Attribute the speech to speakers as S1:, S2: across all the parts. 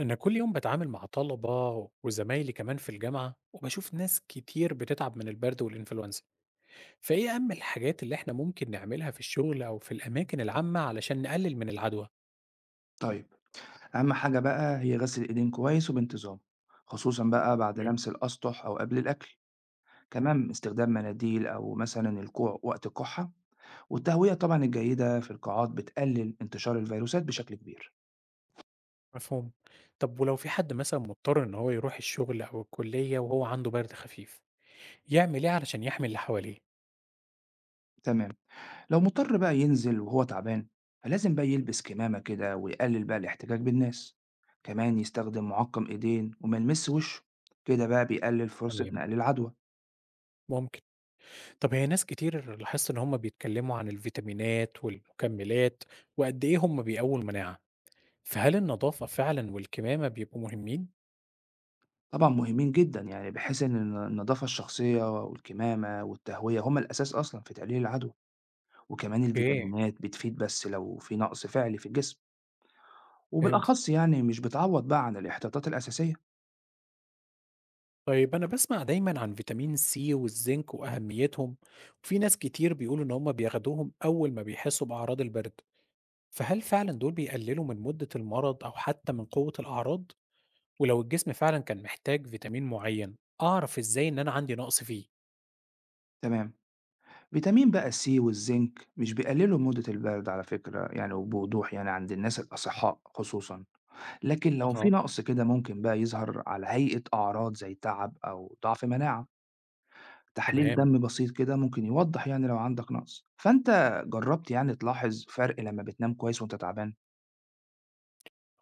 S1: أنا كل يوم بتعامل مع طلبة وزمايلي كمان في الجامعة وبشوف ناس كتير بتتعب من البرد والإنفلونزا، فإيه أهم الحاجات اللي إحنا ممكن نعملها في الشغل أو في الأماكن العامة علشان نقلل من العدوى؟
S2: طيب، أهم حاجة بقى هي غسل الإيدين كويس وبانتظام، خصوصا بقى بعد
S1: اوكي
S2: لمس الأسطح أو قبل الأكل. كمان استخدام مناديل أو مثلا الكوع وقت الكحة. والتهوية طبعا الجيدة في القاعات بتقلل انتشار الفيروسات بشكل كبير.
S1: مفهوم. طب ولو في حد مثلا مضطر إن هو يروح الشغل أو الكلية وهو عنده برد خفيف، يعمل إيه علشان يحمي اللي حواليه؟
S2: تمام. لو مضطر بقى ينزل وهو تعبان، فلازم بقى يلبس كمامة كده ويقلل بقى الاحتكاك بالناس. كمان يستخدم معقم إيدين وما يلمس وشه. كده بقى بيقلل فرصة
S1: تمام،
S2: نقل العدوى.
S1: ممكن. طب هي ناس كتير لاحظت إن هم بيتكلموا عن الفيتامينات والمكملات وقد إيه هم بيقووا المناعة، فهل النظافة فعلا والكمامة بيبقوا مهمين؟
S2: طبعًا مهمين جدًا، يعني بحيث إن النضافة الشخصية والكمامة والتهوية هُم الأساس أصلًا في تقليل العدوى، وكمان
S1: أوكي،
S2: الفيتامينات بتفيد بس لو في نقص فعلي في الجسم،
S1: فهمت.
S2: وبالأخص يعني مش بتعوّض بقى عن الاحتياطات الأساسية.
S1: طيب أنا باسمع دايمًا عن فيتامين سي والزنك وأهميتهم، وفي ناس كتير بيقولوا إن هم بياخدوهم أول ما بيحسوا بأعراض البرد، فهل فعلًا دول بيقللوا من مدة المرض أو حتى من قوة الأعراض؟ ولو الجسم فعلًا كان محتاج فيتامين معين، أعرف إزاي إن أنا عندي نقص فيه؟
S2: تمام. فيتامين بقى C والزنك مش بيقللوا مدة البرد على فكرة يعني وبوضوح يعني عند الناس الأصحاء خصوصًا، لكن لو
S1: أها،
S2: في نقص كده ممكن بقى يظهر على هيئة أعراض زي تعب أو ضعف مناعة. تحليل
S1: تمام.
S2: دم بسيط كده ممكن يوضح يعني لو عندك نقص، فأنت جربت يعني تلاحظ فرق لما بتنام كويس وأنت تعبان.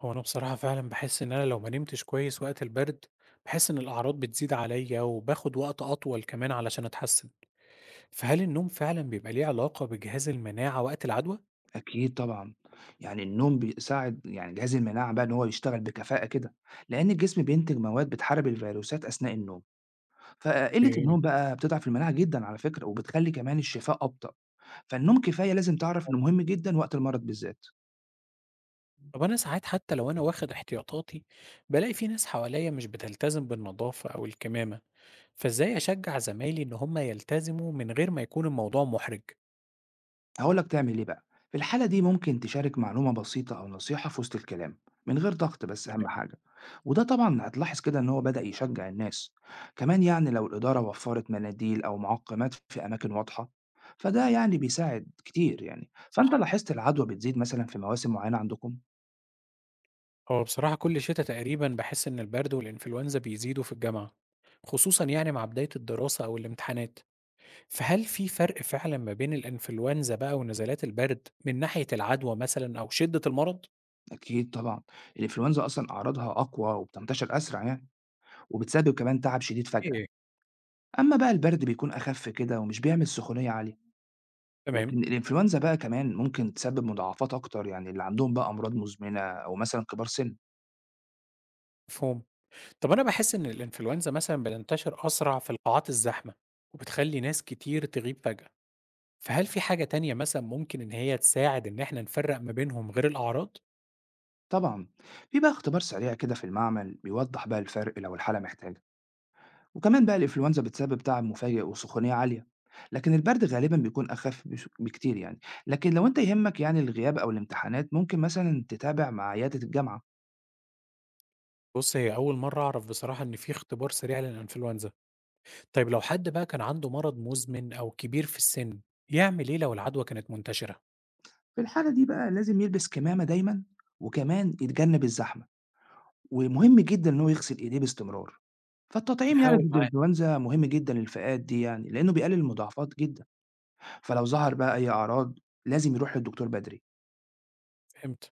S1: هو أنا بصراحة فعلًا باحس إن أنا لو ما نمتش كويس وقت البرد، باحس إن الأعراض بتزيد عليَّ وباخد وقت أطول كمان علشان أتحسن، فهل النوم فعلًا بيبقى ليه علاقة بجهاز المناعة وقت العدوى؟
S2: أكيد طبعا. يعني النوم بيساعد يعني جهاز المناعة بقى إن هو يشتغل بكفاءة كده، لأن الجسم بينتج مواد بتحارب الفيروسات أثناء النوم. فقلة
S1: فهمت.
S2: النوم بقى بتضعف المناعة جدا على فكرة وبتخلي كمان الشفاء أبطأ. فالنوم كفاية لازم تعرف
S1: طب
S2: إنه مهم جدا وقت المرض بالذات.
S1: طب أنا ساعات حتى لو أنا واخد احتياطاتي بالاقي في ناس حواليا مش بتلتزم بالنظافة أو الكمامة، فإزاي أشجع زمايلي إن هم يلتزموا من غير ما يكون الموضوع محرج؟
S2: هقول لك تعمل إيه بقى. في الحالة دي ممكن تشارك معلومة بسيطة أو نصيحة في وسط الكلام من غير ضغط، بس أهم حاجة، وده طبعا هتلاحظ كده إن هو بدأ يشجع الناس. كمان يعني لو الإدارة وفرت مناديل أو معقمات في أماكن واضحة فده يعني بيساعد كتير يعني. فأنت
S1: صح.
S2: لاحظت العدوى بتزيد مثلا في مواسم معينة عندكم؟
S1: هو بصراحة كل شتاء تقريبا بحس إن البرد والإنفلونزا بيزيدوا في الجامعة، خصوصا يعني مع بداية الدراسة أو الامتحانات، فهل في فرق فعلا ما بين الإنفلونزا بقى ونزلات البرد من ناحية العدوى مثلا أو شدة المرض؟
S2: أكيد طبعا. الإنفلونزا أصلا أعراضها أقوى وبتنتشر أسرع يعني، وبتسبب كمان تعب شديد فجأة.
S1: إيه.
S2: أما بقى البرد بيكون أخف كده ومش بيعمل سخونية عالية.
S1: تمام.
S2: لكن الإنفلونزا بقى كمان ممكن تسبب مضاعفات أكتر يعني اللي عندهم بقى أمراض مزمنة أو مثلا كبار سن.
S1: مفهوم. طب أنا باحس إن الإنفلونزا مثلًا بتنتشر أسرع في القاعات الزحمة، وبتخلّي ناس كتير تغيب فجأة، فهل في حاجة تانية مثلًا ممكن إن هي تساعد إن إحنا نفرّق ما بينهم غير الأعراض؟
S2: طبعا. في بقى اختبار سريع كده في المعمل بيوضح بقى الفرق لو الحالة محتاجة. وكمان بقى الإنفلونزا بتسبب تعب مفاجئ وسخونية عالية. لكن البرد غالبا بيكون أخف بكتير يعني. لكن لو أنت يهمك يعني الغياب أو الامتحانات ممكن مثلا تتابع مع عيادة الجامعة.
S1: بُص، هي أول مرّة أعرف بصراحة إن في اختبار سريع للإنفلونزا. طيب لو حد بقى كان عنده مرض مزمن أو كبير في السن، يعمل إيه لو العدوى كانت منتشرة؟
S2: في الحالة دي بقى لازم يلبس كمامة دايما. وكمان يتجنب الزحمة. ومهم جدًا إن هو يغسل إيديه باستمرار. فالتطعيم يعني
S1: نحاول
S2: ضد
S1: معاه،
S2: الإنفلونزا مهم جدًا للفئات دي يعني، لإنه بيقلل المضاعفات جدًا. فلو ظهر بقى أي أعراض لازم يروح للدكتور بدري.
S1: فهمت.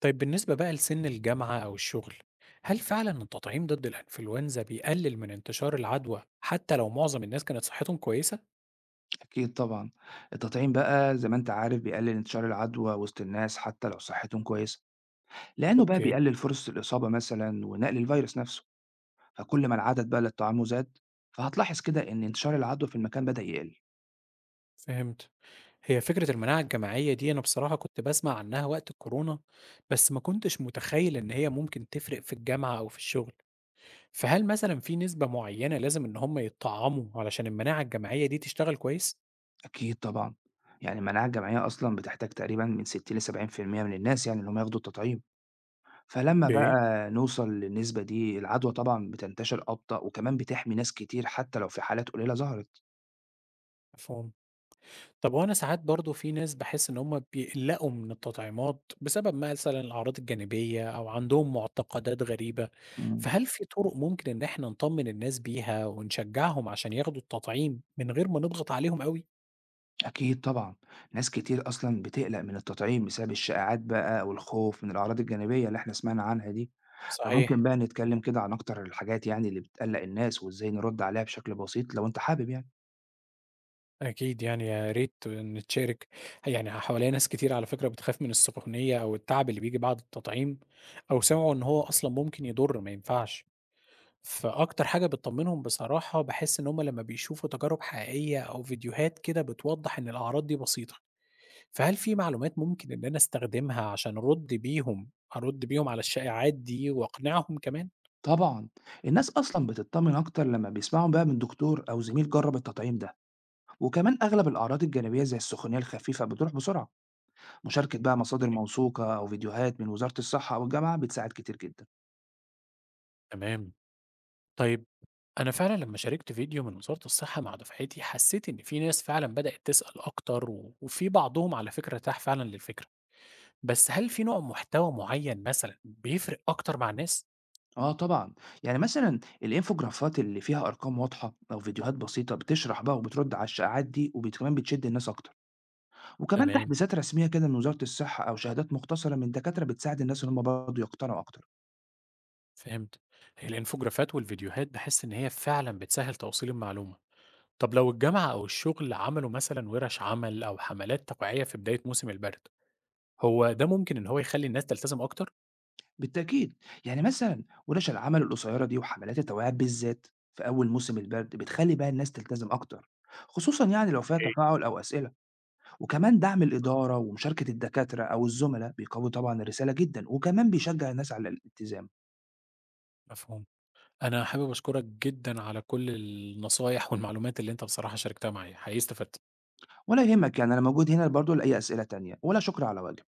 S1: طيب بالنسبة بقى لسن الجامعة أو الشغل، هل فعلًا التطعيم ضد الإنفلونزا بيقلل من انتشار العدوى حتى لو معظم الناس كانت صحتهم كويسة؟
S2: أكيد طبعًا. التطعيم بقى زي ما أنت عارف بيقلل انتشار العدوى وسط الناس حتى لو صحتهم كويسة، لإنه بقى
S1: أوكي.
S2: بيقلل فرص الإصابة مثلًا ونقل الفيروس نفسه. فكل ما العدد بقى اللي اتطعموا زاد، فهتلاحظ كده إن انتشار العدوى في المكان بدأ يقل.
S1: فهمت. هي فكرة المناعة الجماعية دي أنا بصراحة كنت بسمع عنها وقت الكورونا، بس ما كنتش متخيل إن هي ممكن تفرق في الجامعة أو في الشغل، فهل مثلًا في نسبة معينة لازم إن هم يتطعموا علشان المناعة الجماعية دي تشتغل كويس؟
S2: أكيد طبعًا. يعني المناعة الجماعية أصلًا بتحتاج تقريبًا من 60 ل70% من الناس يعني إن هم ياخدوا التطعيم. فلمّا
S1: اوكي.
S2: بقى نوصل للنسبة دي، العدوى طبعًا بتنتشر أبطأ وكمان بتحمي ناس كتير حتى لو في حالات قليلة ظهرت.
S1: مفهوم. طب هو أنا ساعات برضه في ناس باحس إن هم بيقلقوا من التطعيمات بسبب مثلًا الأعراض الجانبية أو عندهم معتقدات غريبة،
S2: إمم.
S1: فهل في طرق ممكن إن إحنا نطمن الناس بيها ونشجعهم عشان ياخدوا التطعيم من غير ما نضغط عليهم أوي؟
S2: أكيد طبعًا، ناس كتير أصلًا بتقلق من التطعيم بسبب الشائعات بقى والخوف من الأعراض الجانبية اللي إحنا سمعنا عنها دي.
S1: صحيح،
S2: فممكن بقى نتكلم كده عن أكتر الحاجات يعني اللي بتقلق الناس وإزاي نرد عليها بشكل بسيط لو أنت حابب يعني.
S1: أكيد يعني يا ريت إن تشارك، يعني حواليّا ناس كتير على فكرة بتخاف من السخونية أو التعب اللي بييجي بعد التطعيم، أو سمعوا إن هو أصلًا ممكن يضر ما ينفعش، فأكتر حاجة بتطمنهم بصراحة باحس إن هُم لمّا بيشوفوا تجارب حقيقية أو فيديوهات كده بتوضح إن الأعراض دي بسيطة، فهل في معلومات ممكن إن أنا أستخدمها عشان أرد بيهم أرد بيهم على الشائعات دي وأقنعهم كمان؟
S2: طبعًا، الناس أصلًا بتطمن أكتر لمّا بيسمعوا بقى من دكتور أو زميل جرب التطعيم ده، وكمان أغلب الأعراض الجانبية زي السخونية الخفيفة بتروح بسرعة. مشاركة بقى مصادر موثوقة أو فيديوهات من وزارة الصحة أو الجامعة بتساعد كتير جدا.
S1: تمام. طيب أنا فعلًا لمّا شاركت فيديو من وزارة الصحة مع دفعتي، حسيت إن في ناس فعلًا بدأت تسأل أكتر، و وفي بعضهم على فكرة ارتاح فعلًا للفكرة، بس هل في نوع محتوى معين مثلًا بيفرق أكتر مع الناس؟
S2: آه طبعا. يعني مثلا الإنفوجرافات اللي فيها أرقام واضحة أو فيديوهات بسيطة بتشرح بقى وبترد على الشائعات دي وكمان بتشد الناس أكتر. وكمان
S1: تمام،
S2: تحديثات رسمية كده من وزارة الصحة أو شهادات مختصرة من دكاترة بتساعد الناس إن هم برضه يقتنعوا أكتر.
S1: فهمت. هي الإنفوجرافات والفيديوهات باحس إن هي فعلًا بتسهّل توصيل المعلومة. طب لو الجامعة أو الشغل عملوا مثلًا ورش عمل أو حملات توعية في بداية موسم البرد، هو ده ممكن إن هو يخلّي الناس تلتزم أكتر؟
S2: بالتأكيد. يعني مثلا ورش العمل القصيرة دي وحملات التوعية بالذات في أول موسم البرد بتخلي بقى الناس تلتزم أكتر، خصوصا يعني لو فيها
S1: أوكي،
S2: تفاعل أو أسئلة. وكمان دعم الإدارة ومشاركة الدكاترة أو الزملاء بيقوي طبعًا الرسالة جدًا، وكمان بيشجع الناس على الالتزام.
S1: مفهوم. أنا حابب أشكرك جدًا على كل النصايح والمعلومات اللي أنت بصراحة شاركتها معايا، حقيقي استفدت.
S2: ولا يهمك يعني، أنا موجود هنا برضه لأي أسئلة تانية، ولا شكر على واجب.